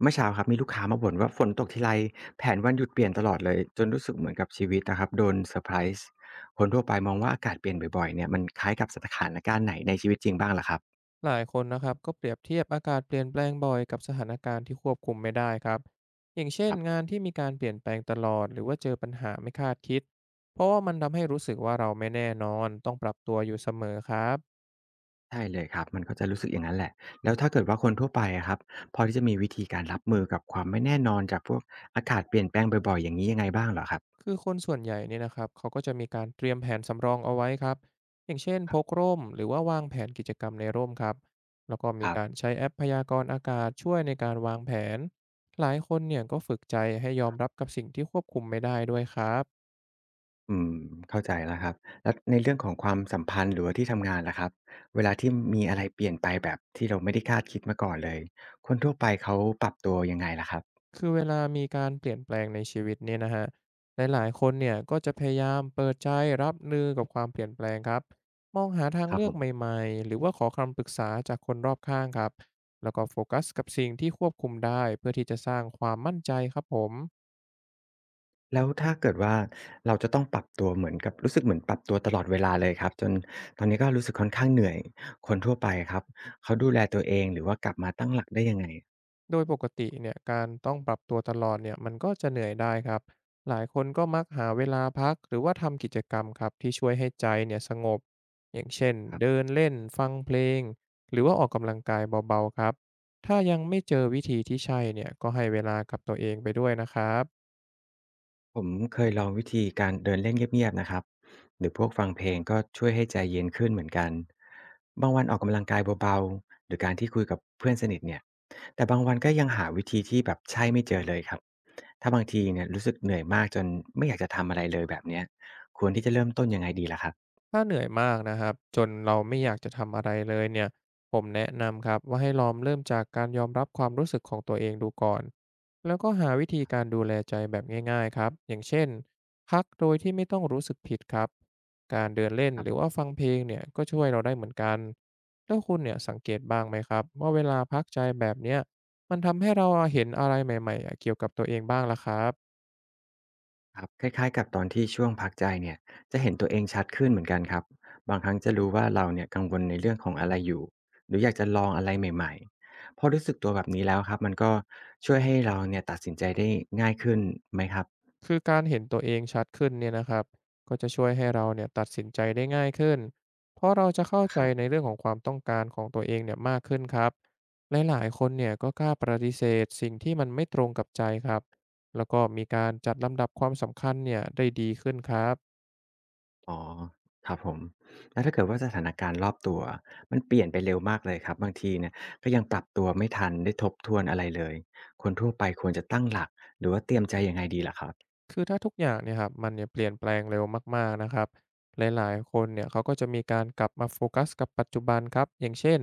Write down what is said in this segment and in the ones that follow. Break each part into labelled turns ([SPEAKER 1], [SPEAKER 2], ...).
[SPEAKER 1] เมื่อเช้าครับมีลูกค้ามาบ่นว่าฝนตกทีไรแผนวันหยุดเปลี่ยนตลอดเลยจนรู้สึกเหมือนกับชีวิตนะครับโดนเซอร์ไพรส์คนทั่วไปมองว่าอากาศเปลี่ยนบ่อยๆเนี่ยมันคล้ายกับสถานการณ์ไหนในชีวิตจริงบ้างล่ะครับ
[SPEAKER 2] หลายคนนะครับก็เปรียบเทียบอากาศเปลี่ยนแปลงบ่อยกับสถานการณ์ที่ควบคุมไม่ได้ครับอย่างเช่
[SPEAKER 1] ค
[SPEAKER 2] น
[SPEAKER 1] รับ
[SPEAKER 2] งานที่มีการเปลี่ยนแปลงตลอดหรือว่าเจอปัญหาไม่คาดคิดเพราะว่ามันทำให้รู้สึกว่าเราไม่แน่นอนต้องปรับตัวอยู่เสมอครับ
[SPEAKER 1] ใช่เลยครับมันก็จะรู้สึกอย่างนั้นแหละแล้วถ้าเกิดว่าคนทั่วไปอะครับพอที่จะมีวิธีการรับมือกับความไม่แน่นอนจากพวกอากาศเปลี่ยนแปลงบ่อยๆอย่างนี้ยังไงบ้างเหรอครับ
[SPEAKER 2] คือคนส่วนใหญ่เนี่ยนะครับเขาก็จะมีการเตรียมแผนสำรองเอาไว้ครับอย่างเช่น
[SPEAKER 1] ค
[SPEAKER 2] พ
[SPEAKER 1] รั
[SPEAKER 2] ก
[SPEAKER 1] บ
[SPEAKER 2] ร่มหรือว่าวางแผนกิจกรรมในร่มครับแล้วก็
[SPEAKER 1] ค
[SPEAKER 2] มี
[SPEAKER 1] รับ
[SPEAKER 2] การใช้แอปพยากรณ์อากาศช่วยในการวางแผนหลายคนเนี่ยก็ฝึกใจให้ยอมรับกับสิ่งที่ควบคุมไม่ได้ด้วยครับ
[SPEAKER 1] อืมเข้าใจแล้วครับแล้วในเรื่องของความสัมพันธ์หรือว่าที่ทำงานล่ะครับเวลาที่มีอะไรเปลี่ยนไปแบบที่เราไม่ได้คาดคิดมาก่อนเลยคนทั่วไปเขาปรับตัวยังไงล่ะครับ
[SPEAKER 2] คือเวลามีการเปลี่ยนแปลงในชีวิตเนี่ยนะครหลายๆคนเนี่ยก็จะพยายามเปิดใจรับมือกับความเปลี่ยนแปลงครับมองหาทาง
[SPEAKER 1] ครับ
[SPEAKER 2] เลื
[SPEAKER 1] ผ
[SPEAKER 2] อก
[SPEAKER 1] ม
[SPEAKER 2] ใหม่ๆหรือว่าขอคำปรึกษาจากคนรอบข้างครับแล้วก็โฟกัสกับสิ่งที่ควบคุมได้เพื่อที่จะสร้างความมั่นใจครับผม
[SPEAKER 1] แล้วถ้าเกิดว่าเราจะต้องปรับตัวเหมือนกับรู้สึกเหมือนปรับตัวตลอดเวลาเลยครับจนตอนนี้ก็รู้สึกค่อนข้างเหนื่อยคนทั่วไปอะครับเขาดูแลตัวเองหรือว่ากลับมาตั้งหลักได้ยังไง
[SPEAKER 2] โดยปกติเนี่ยการต้องปรับตัวตลอดเนี่ยมันก็จะเหนื่อยได้ครับหลายคนก็มักหาเวลาพักหรือว่าทำกิจกรรมครับที่ช่วยให้ใจเนี่ยสงบอย่างเช่น
[SPEAKER 1] ครั
[SPEAKER 2] เดิ
[SPEAKER 1] บ
[SPEAKER 2] นเล่นฟังเพลงหรือว่าออกกำลังกายเบาๆครับถ้ายังไม่เจอวิธีที่ใช่เนี่ยก็ให้เวลากับตัวเองไปด้วยนะครับ
[SPEAKER 1] ผมเคยลองวิธีการเดินเล่นเงียบๆนะครับหรือพวกฟังเพลงก็ช่วยให้ใจเย็นขึ้นเหมือนกันบางวันออกกำลังกายเบาๆหรือการที่คุยกับเพื่อนสนิทเนี่ยแต่บางวันก็ยังหาวิธีที่แบบใช่ไม่เจอเลยครับถ้าบางทีเนี่ยรู้สึกเหนื่อยมากจนไม่อยากจะทำอะไรเลยแบบเนี้ยควรที่จะเริ่มต้นยังไงดีล่ะครับ
[SPEAKER 2] ถ้าเหนื่อยมากนะครับจนเราไม่อยากจะทำอะไรเลยเนี่ยผมแนะนำครับว่าให้ลองเริ่มจากการยอมรับความรู้สึกของตัวเองดูก่อนแล้วก็หาวิธีการดูแลใจแบบง่ายๆครับอย่างเช่นพักโดยที่ไม่ต้องรู้สึกผิดครับการเดินเล่น
[SPEAKER 1] ครับ
[SPEAKER 2] หรื
[SPEAKER 1] ผ
[SPEAKER 2] อว่าฟั
[SPEAKER 1] ม
[SPEAKER 2] งเพลงเนี่ยก็ช่วยเราได้เหมือนกันแล้วคุณเนี่ยสังเกตบ้างไหมครับว่าเวลาพักใจแบบเนี้ยมันทำให้เราเห็นอะไรใหม่ๆอะเกี่ยวกับตัวเองบ้างล่ะครับ
[SPEAKER 1] ครับคล้ายๆกับตอนที่ช่วงพักใจเนี่ยจะเห็นตัวเองชัดขึ้นเหมือนกันครับบางครั้งจะรู้ว่าเราเนี่ยกังวลในเรื่องของอะไรอยู่หรืออยากจะลองอะไรใหม่ๆพอรู้สึกตัวแบบนี้แล้วครับมันก็ช่วยให้เราเนี่ยตัดสินใจได้ง่ายขึ้นไหมครับ
[SPEAKER 2] คือการเห็นตัวเองชัดขึ้นเนี่ยนะครับก็จะช่วยให้เราเนี่ยตัดสินใจได้ง่ายขึ้นเพราะเราจะเข้า
[SPEAKER 1] ค
[SPEAKER 2] ใจ
[SPEAKER 1] รั
[SPEAKER 2] ใน
[SPEAKER 1] บ
[SPEAKER 2] เรื่องของความต้องการของตัวเองเนี่ยมากขึ้นครับหลายๆคนเนี่ยก็กล้าปฏิเสธสิ่งที่มันไม่ตรงกับใจครับแล้วก็มีการจัดลำดับความสำคัญเนี่ยได้ดีขึ้นครับ
[SPEAKER 1] อ๋อครับผมแล้วถ้าเกิดว่าสถานการณ์รอบตัวมันเปลี่ยนไปเร็วมากเลยครับบางทีเนี่ยก็ยังปรับตัวไม่ทันได้ทบทวนอะไรเลยคนทั่วไปควรจะตั้งหลักหรือว่าเตรียมใจยังไงดีล่ะครับ
[SPEAKER 2] คือถ้าทุกอย่างเนี่ยครับมันเนี่ยเปลี่ยนแปลงเร็วมากๆนะครับหลายๆคนเนี่ยเขาก็จะมีการกลับมาโฟกัสกับปัจจุบันครับอย่างเช่น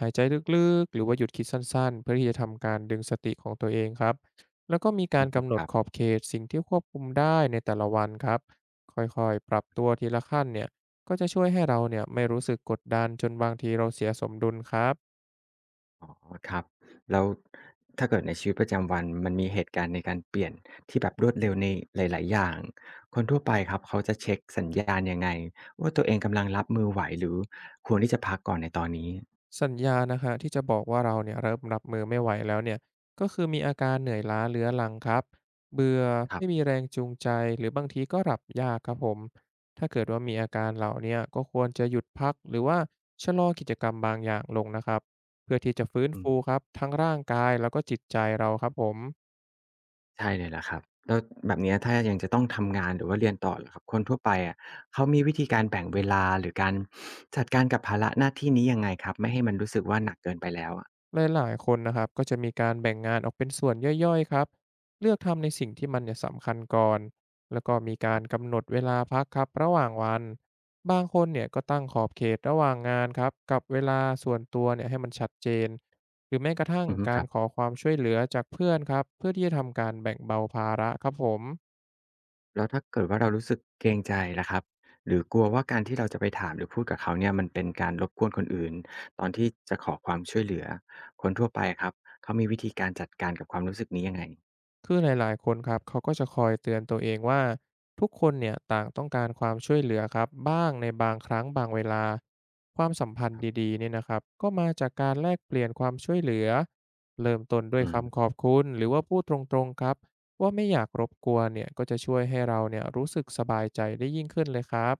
[SPEAKER 2] หายใจลึกๆหรือว่าหยุดคิดสั้นๆเพื่อที่จะทำการดึงสติของตัวเองครับแล้วก็มีกา
[SPEAKER 1] อื
[SPEAKER 2] ร
[SPEAKER 1] อฮึ
[SPEAKER 2] กำหน
[SPEAKER 1] ค
[SPEAKER 2] ด
[SPEAKER 1] รับ
[SPEAKER 2] ขอบเขตสิ่งที่ควบคุมได้ในแต่ละวันครับค่อยๆปรับตัวทีละขั้นเนี่ยก็จะช่วยให้เราเนี่ยไม่รู้สึกกดดันจนบางทีเราเสียสมดุลครับ
[SPEAKER 1] อ๋อครับแล้วถ้าเกิดในชีวิตประจำวันมันมีเหตุการณ์ในการเปลี่ยนที่แบบรวดเร็วในหลายๆอย่างคนทั่วไปครับเขาจะเช็กสัญญาณยังไงว่าตัวเองกำลังรับมือไหวหรือควรที่จะพักก่อนในตอนนี้
[SPEAKER 2] สัญญาณนะครับที่จะบอกว่าเราเนี่ยเริ่มรับมือไม่ไหวแล้วเนี่ยก็คือมีอาการเหนื่อยล้าเรื้อรังครับเบื่อ
[SPEAKER 1] ครั
[SPEAKER 2] ไม่มี
[SPEAKER 1] บ
[SPEAKER 2] แรงจูงใจหรือบางทีก็หลับยากครับผมถ้าเกิดว่ามีอาการเหล่าเนี้ยก็ควรจะหยุดพักหรือว่าชะลอกิจกรรมบางอย่างลงนะครับเพื่อที่จะฟื้น
[SPEAKER 1] อืม
[SPEAKER 2] ฟูครับทั้งร่างกายแล้วก็จิตใจเราครับผม
[SPEAKER 1] ใช่เลยล่ะครับแล้วแบบเนี้ยถ้ายังจะต้องทำงานหรือว่าเรียนต่อเหรอครับคนทั่วไปอะเขามีวิธีการแบ่งเวลาหรือการจัดการกับภาระหน้าที่นี้ยังไงครับไม่ให้มันรู้สึกว่าหนักเกินไปแล้วอะ
[SPEAKER 2] หลายๆคนนะครับก็จะมีการแบ่งงานออกเป็นส่วนย่อยๆครับเลือกทำในสิ่งที่มันเนี่ยสำคัญก่อนแล้วก็มี
[SPEAKER 1] ค
[SPEAKER 2] การ
[SPEAKER 1] รับ
[SPEAKER 2] กำหนดเวลาพักครับระหว่างวันบางคนเนี่ยก็ตั้งขอบเขตระหว่างงานครับกับเวลาส่วนตัวเนี่ยให้มันชัดเจนหรือแม้กระทั่ง
[SPEAKER 1] อือฮึ
[SPEAKER 2] กา
[SPEAKER 1] ค
[SPEAKER 2] ร
[SPEAKER 1] รับ
[SPEAKER 2] ขอความช่วยเหลือจากเพื่อนครับเพื่อที่จะทำการแบ่งเบาภาระครับผม
[SPEAKER 1] แล้วถ้าเกิดว่าเรารู้สึกเกรงใจล่ะครับหรือกลัวว่าการที่เราจะไปถามหรือพูดกับเขาเนี่ยมันเป็นการรบกวนคนอื่นตอนที่จะขอความช่วยเหลือคนทั่วไปะครับเขามีวิธีการจัดการกับความรู้สึกนี้ยังไง
[SPEAKER 2] คือหลายๆคนครับเขาก็จะคอยเตือนตัวเองว่าทุกคนเนี่ยต่างต้องการความช่วยเหลือครับบ้างในบางครั้งบางเวลาความสัมพัน
[SPEAKER 1] ค
[SPEAKER 2] ธ์
[SPEAKER 1] รับ
[SPEAKER 2] ดีๆเนี่ยนะครับก็มาจากการแลกเปลี่ยนความช่วยเหลือเริ่มต้นด้วย
[SPEAKER 1] อืม
[SPEAKER 2] คำขอบคุณหรือว่าพูดตรงๆครับว่าไม่อยากรบกวนเนี่ยก็จะช่วยให้เราเนี่ยรู้สึกสบายใจได้ยิ่งขึ้นเลยครับ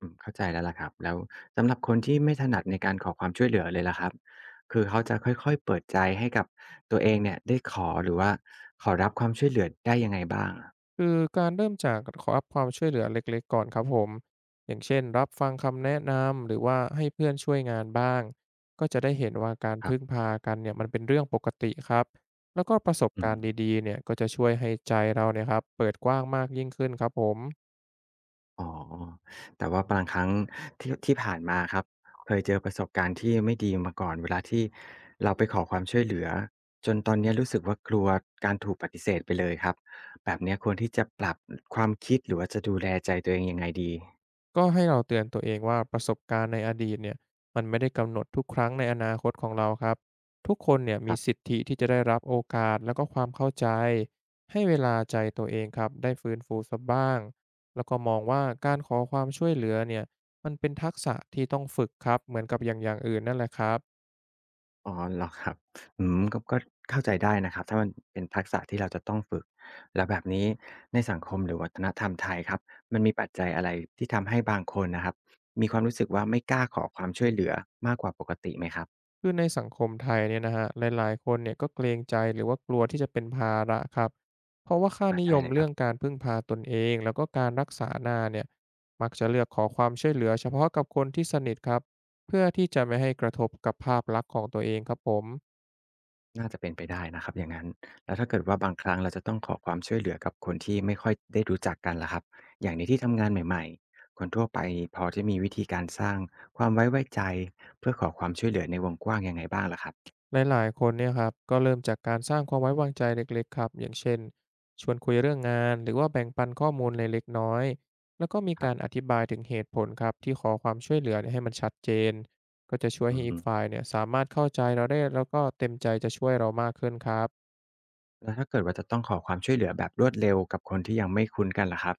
[SPEAKER 1] เข้าใจแล้วล่ะครับแล้วสำหรับคนที่ไม่ถนัดในการขอความช่วยเหลือเลยล่ะครับคือเขาจะค่อยๆเปิดใจให้กับตัวเองเนี่ยได้ขอหรือว่าขอรับความช่วยเหลือได้ยังไงบ้างอะ
[SPEAKER 2] คือการเริ่มจากขอรับความช่วยเหลือเล็กๆก่อนครับผมอย่างเช่นรับฟังคำแนะนำหรือว่าให้เพื่อนช่วยงานบ้างก็จะได้เห็นว่าการ
[SPEAKER 1] ครั
[SPEAKER 2] พึ่ง
[SPEAKER 1] บ
[SPEAKER 2] พากันเนี่ยมันเป็นเรื่องปกติครับแล้วก็ประสบ
[SPEAKER 1] อื
[SPEAKER 2] การ
[SPEAKER 1] ม
[SPEAKER 2] ณ์ดีๆเนี่ยก็จะช่วยให้ใจเราเนี่ยครับเปิดกว้างมากยิ่งขึ้นครับผม
[SPEAKER 1] อ๋อแต่ว่าบางครั้งที่ที่ผ่านมาครับเคยเจอประสบการณ์ที่ไม่ดีมาก่อนเวลาที่เราไปขอความช่วยเหลือจนตอนเนี้ยรู้สึกว่ากลัวการถูกปฏิเสธไปเลยครับแบบเนี้ยควรที่จะปรับความคิดหรือว่าจะดูแลใจตัวเองยังไงดี
[SPEAKER 2] ก็ให้เราเตือนตัวเองว่าประสบการณ์ในอดีตเนี่ยมันไม่ได้กำหนดทุกครั้งในอนาคตของเราครับทุกคนเนี่ย
[SPEAKER 1] ค
[SPEAKER 2] มี
[SPEAKER 1] รั
[SPEAKER 2] สิ
[SPEAKER 1] บ
[SPEAKER 2] ทธิที่จะได้รับโอกาสแล้วก็ความเข้าใจให้เวลาใจตัวเองครับได้ฟื้นฟูสักบ้างแล้วก็มองว่าการขอความช่วยเหลือเนี่ยมันเป็นทักษะที่ต้องฝึกครับเหมือนกับอย่างอื่นนั่นแหละครับ
[SPEAKER 1] อ๋อเหรอครับอืมก็เข้าใจได้นะครับถ้ามันเป็นทักษะที่เราจะต้องฝึกแล้วแบบนี้ในสังคมหรือวัฒนธรรมไทยครับมันมีปัจจัยอะไรที่ทำให้บางคนนะครับมีความรู้สึกว่าไม่กล้าขอความช่วยเหลือมากกว่าปกติไหมครับ
[SPEAKER 2] คือในสังคมไทยเนี่ยนะฮะหลายๆคนเนี่ยก็เกรงใจหรือว่ากลัวที่จะเป็นภาระครับเพราะว่าค่า
[SPEAKER 1] อา
[SPEAKER 2] นิย
[SPEAKER 1] ใช่
[SPEAKER 2] ม
[SPEAKER 1] เลยค
[SPEAKER 2] เรื่
[SPEAKER 1] รั
[SPEAKER 2] อ
[SPEAKER 1] บ
[SPEAKER 2] งการพึ่งพาตนเองแล้วก็การรักษาหน้าเนี่ยมักจะเลือกขอความช่วยเหลือเฉพาะกับคนที่สนิทครับเพื่อที่จะไม่ให้กระทบกับภาพลักษณ์ของตัวเองครับผม
[SPEAKER 1] น่าจะเป็นไปได้นะครับอย่างงั้นแล้วถ้าเกิดว่าบางครั้งเราจะต้องขอความช่วยเหลือกับคนที่ไม่ค่อยได้รู้จักกันล่ะครับอย่างในที่ทำงานใหม่ๆคนทั่วไปพอจะมีวิธีการสร้างความไว้ใจเพื่อขอความช่วยเหลือในวงกว้างยังไงบ้างล่ะครับ
[SPEAKER 2] หลายๆคนเนี่ยครับก็เริ่มจากการสร้างความไว้วางใจเล็กๆครับอย่างเช่นชวนคุยเรื่องงานหรือว่าแบ่งปันข้อมูลเล็กๆน้อยแล้วก็มี
[SPEAKER 1] ครับ
[SPEAKER 2] การอธิบายถึงเหตุผลครับที่ขอความช่วยเหลือเนี่ยให้มันชัดเจนก็จะช่วย
[SPEAKER 1] อื
[SPEAKER 2] ให้อีก
[SPEAKER 1] ม
[SPEAKER 2] ฝ่ายเนี่ยสามารถเข้าใจเราได้แล้วก็เต็มใจจะช่วยเรามากขึ้นครับ
[SPEAKER 1] แล้วถ้าเกิดว่าจะต้องขอความช่วยเหลือแบบรวดเร็วกับคนที่ยังไม่คุ้นกันล่ะครับ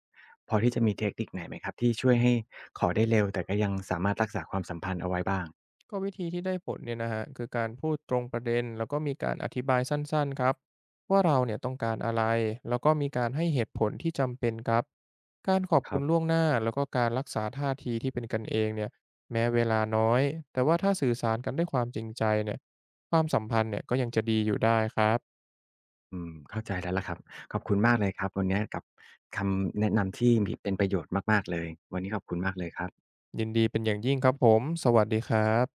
[SPEAKER 1] พอที่จะมีเทคนิคไหนไหมครับที่ช่วยให้ขอได้เร็วแต่ก็ยังสามารถรักษาความสัมพันธ์เอาไว้บ้าง
[SPEAKER 2] ก็วิธีที่ได้ผลเนี่ยนะฮะคือการพูดตรงประเด็นแล้วก็มีการอธิบายสั้นๆครับว่าเราเนี่ยต้องการอะไรแล้วก็มีการให้เหตุผลที่จำเป็นครับการขอบ
[SPEAKER 1] ค
[SPEAKER 2] คุ
[SPEAKER 1] รั
[SPEAKER 2] ณล่วง
[SPEAKER 1] บ
[SPEAKER 2] หน้าแล้วก็การรักษาท่าทีที่เป็นกันเองเนี่ยแม้เวลาน้อยแต่ว่าถ้าสื่อสารกันด้วยความจริงใจเนี่ยความสัมพันธ์เนี่ยก็ยังจะดีอยู่ได้ครับ
[SPEAKER 1] อืมเข้าใจแล้วล่ะครับขอบคุณมากเลยครับวันนี้กับคำแนะนำที่มีเป็นประโยชน์มากๆเลยวันนี้ขอบคุณมากเลยครับ
[SPEAKER 2] ยินดีเป็นอย่างยิ่งครับผมสวัสดีครับ